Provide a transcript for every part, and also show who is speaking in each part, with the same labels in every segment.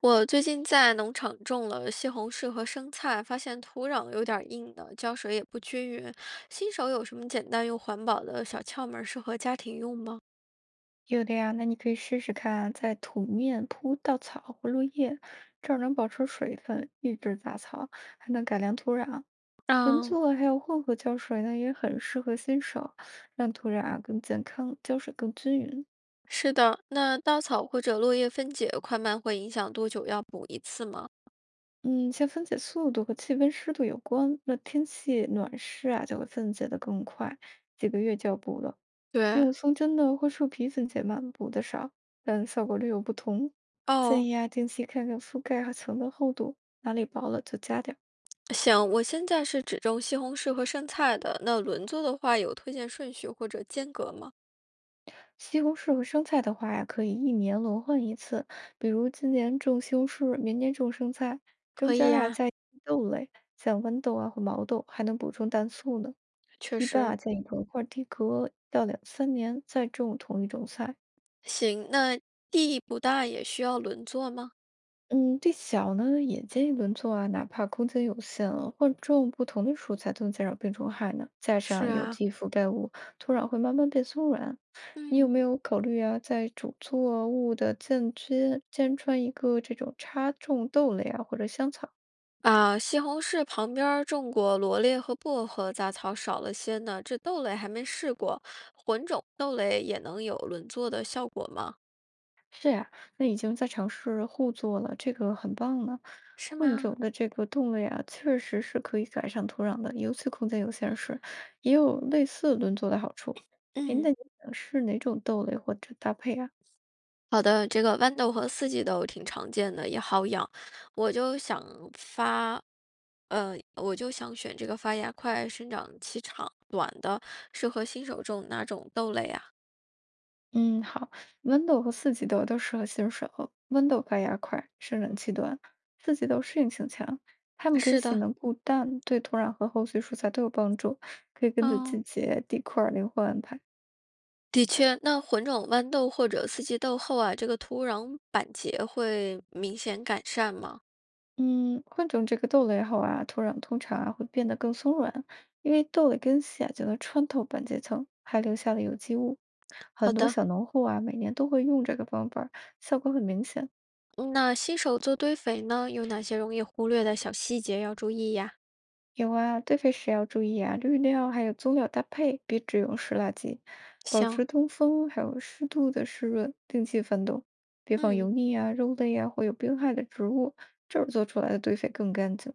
Speaker 1: 我最近在农场种了西红柿和生菜，发现土壤有点儿硬的，浇水也不均匀。新手有什么简单又环保的小窍门儿适合家庭用吗？
Speaker 2: 有的呀，那你可以试试看，在土面铺稻草或落叶，这儿能保持水分，抑制杂草，还能改良土壤。轮
Speaker 1: 嗯，
Speaker 2: 作还有混合浇水呢，也很适合新手，让土壤啊更健康，浇水更均匀。
Speaker 1: 是的。那稻草或者落叶分解，快慢会影响多久要补一次吗？
Speaker 2: 嗯，像分解速度和气温、湿度有关。那天气暖湿啊，就会分解的更快，几个月就要补了。
Speaker 1: 对，
Speaker 2: 用松针呢或树皮分解慢，补的少，但效果略有不同。建
Speaker 1: 哦，
Speaker 2: 议啊，定期看看覆盖和层的厚度，哪里薄了就加点儿。
Speaker 1: 行，我现在是只种西红柿和生菜的。那轮作的话，有推荐顺序或者间隔吗？
Speaker 2: 西红柿和生菜的话呀，可以一年轮换一次，比如今年种西红柿，明年种生菜，中
Speaker 1: 可
Speaker 2: 间
Speaker 1: 以
Speaker 2: 儿啊
Speaker 1: 呀，
Speaker 2: 加一些豆类，像豌豆啊或毛豆，还能补充氮素呢。
Speaker 1: 确
Speaker 2: 一般
Speaker 1: 实
Speaker 2: 啊，建议同一块儿地隔一到两三年再种同一种菜。
Speaker 1: 行，那地不大也需要轮作吗？
Speaker 2: 嗯，地小呢也建议轮作啊，哪怕空间有限啊，换种不同的蔬菜都能减少病虫害呢。加
Speaker 1: 是
Speaker 2: 上有
Speaker 1: 啊。
Speaker 2: 机覆盖物，土壤会慢慢变松软。你有没
Speaker 1: 嗯，
Speaker 2: 有考虑啊，在主作物的间缺间穿一个这种插种豆类啊，或者香草？
Speaker 1: 啊，西红柿旁边儿种过罗列和薄荷，杂草少了些呢。这豆类还没试过，混种豆类也能有轮作的效果吗？
Speaker 2: 对呀，那已经在尝试互作了，这个很棒呢。
Speaker 1: 是
Speaker 2: 混种
Speaker 1: 吗？
Speaker 2: 的这个动类啊，确实是可以改善土壤的，尤其空间有限时，也有类似轮作的好处。哎，
Speaker 1: 嗯，
Speaker 2: 那你想是哪种豆类或者搭配啊？
Speaker 1: 好的，这个豌豆和四季豆挺常见的，也好养。我就想发，我就想选这个发芽快、生长期长短的，适合新手种哪种豆类啊？
Speaker 2: 嗯，好，豌豆和四季豆都适合新手。豌豆发芽快，生长期短；四季豆适应性强，它们根
Speaker 1: 是
Speaker 2: 系
Speaker 1: 的，
Speaker 2: 能固氮，对土壤和后续蔬菜都有帮助，可以根据季
Speaker 1: 哦。
Speaker 2: 节、地块儿灵活安排。
Speaker 1: 的确，那混种豌豆或者四季豆后啊，这个土壤板结会明显改善吗？
Speaker 2: 嗯，混种这个豆类后啊，土壤通常啊会变得更松软，因为豆类根系啊就能穿透板结层，还留下了有机物。很
Speaker 1: 好
Speaker 2: 多
Speaker 1: 的，
Speaker 2: 小农户啊，每年都会用这个方法儿效果很明显。
Speaker 1: 嗯那新手做堆肥呢，有哪些容易忽略的小细节要注意呀？
Speaker 2: 有啊，堆肥时要注意啊，绿料还有棕料搭配，别只用湿垃圾，保
Speaker 1: 行，
Speaker 2: 持通风，还有适度的湿润，定期翻动，别放油
Speaker 1: 嗯，
Speaker 2: 腻啊、肉类啊或有病害的植物，这样做出来的堆肥更干净。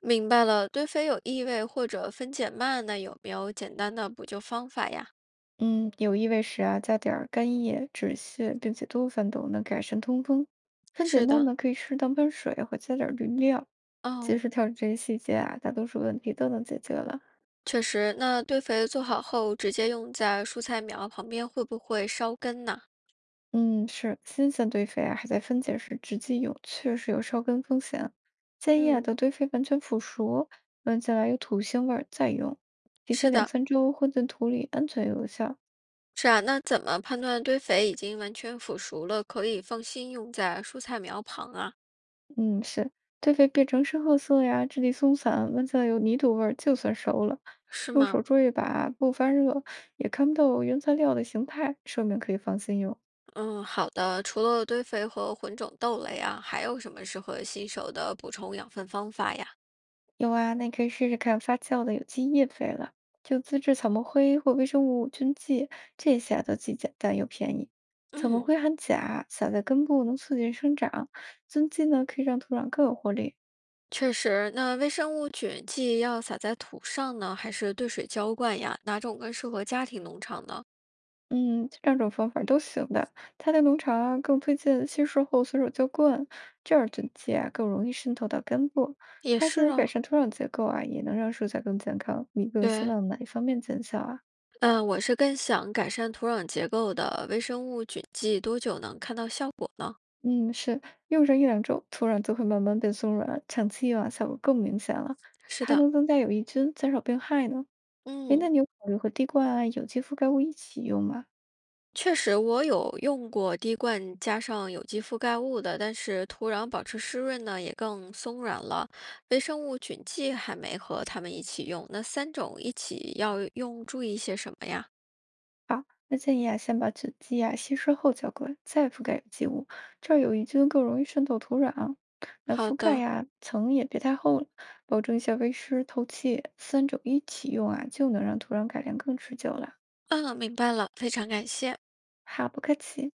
Speaker 1: 明白了。堆肥有异味或者分解慢，那有没有简单的补救方法呀？
Speaker 2: 嗯，有异味时啊，加点儿干叶、止泻，并且多翻斗能改善通风。分解
Speaker 1: 是
Speaker 2: 慢
Speaker 1: 的，
Speaker 2: 呢，可以适当喷水或加点儿滤料。及
Speaker 1: 哦，
Speaker 2: 时调整这些细节啊，大多数问题都能解决了。
Speaker 1: 确实，那堆肥做好后直接用在蔬菜苗旁边会不会烧根呢？
Speaker 2: 嗯，是新鲜堆肥啊，还在分解时直接用，确实有烧根风险啊。建议啊，
Speaker 1: 嗯，
Speaker 2: 等堆肥完全腐熟，闻起来有土腥味儿再用。提前
Speaker 1: 是
Speaker 2: 两
Speaker 1: 的。
Speaker 2: 三周混进土里，安全有效。
Speaker 1: 是啊，那怎么判断堆肥已经完全腐熟了，可以放心用在蔬菜苗旁啊？
Speaker 2: 嗯，是，堆肥变成深褐色呀，质地松散，闻起来有泥土味儿，就算熟了。
Speaker 1: 是
Speaker 2: 用
Speaker 1: 吗？
Speaker 2: 手捉一把，不发热，也看不到原材料的形态，说明可以放心用。
Speaker 1: 嗯，好的。除了堆肥和混种豆类啊，还有什么适合新手的补充养分方法呀？
Speaker 2: 有啊，那你可以试试看发酵的有机叶肥了，就自制草木灰或微生物菌剂，这些啊都既简单又便宜。草木
Speaker 1: 嗯，
Speaker 2: 灰含钾，撒在根部能促进生长，菌剂呢可以让土壤更有活力。
Speaker 1: 确实。那微生物菌剂要撒在土上呢，还是兑水浇灌呀？哪种更适合家庭农场呢？
Speaker 2: 嗯，这两种方法都行的。它的农场啊，更推荐稀释后随手浇灌，这样菌剂啊更容易渗透到根部，
Speaker 1: 也
Speaker 2: 它既
Speaker 1: 是
Speaker 2: 能改
Speaker 1: 啊，
Speaker 2: 善土壤结构啊，也能让蔬菜更健康。你更希
Speaker 1: 对。
Speaker 2: 望哪一方面见效啊？
Speaker 1: 嗯，我是更想改善土壤结构的，微生物菌剂多久能看到效果呢？
Speaker 2: 嗯，是用上一两周，土壤就会慢慢变松软，长期用啊效果更明显了，
Speaker 1: 是
Speaker 2: 还
Speaker 1: 的，
Speaker 2: 能增加有益菌，减少病害呢。哎，那
Speaker 1: 嗯。
Speaker 2: 你有考虑和滴灌啊、有机覆盖物一起用吗？
Speaker 1: 确实，我有用过滴灌加上有机覆盖物的，但是土壤保持湿润呢，也更松软了。微生物菌剂还没和它们一起用，那三种一起要用，注意些什么呀？
Speaker 2: 好，那建议啊，先把纸基啊稀释后浇灌，再覆盖有机物，这儿有益菌更容易渗透土壤。那
Speaker 1: 好
Speaker 2: 覆盖
Speaker 1: 的，
Speaker 2: 呀、层也别太厚了，保证一下微湿、透气，三种一起用啊，就能让土壤改良更持久了。
Speaker 1: 嗯，明白了，非常感谢。
Speaker 2: 好，不客气。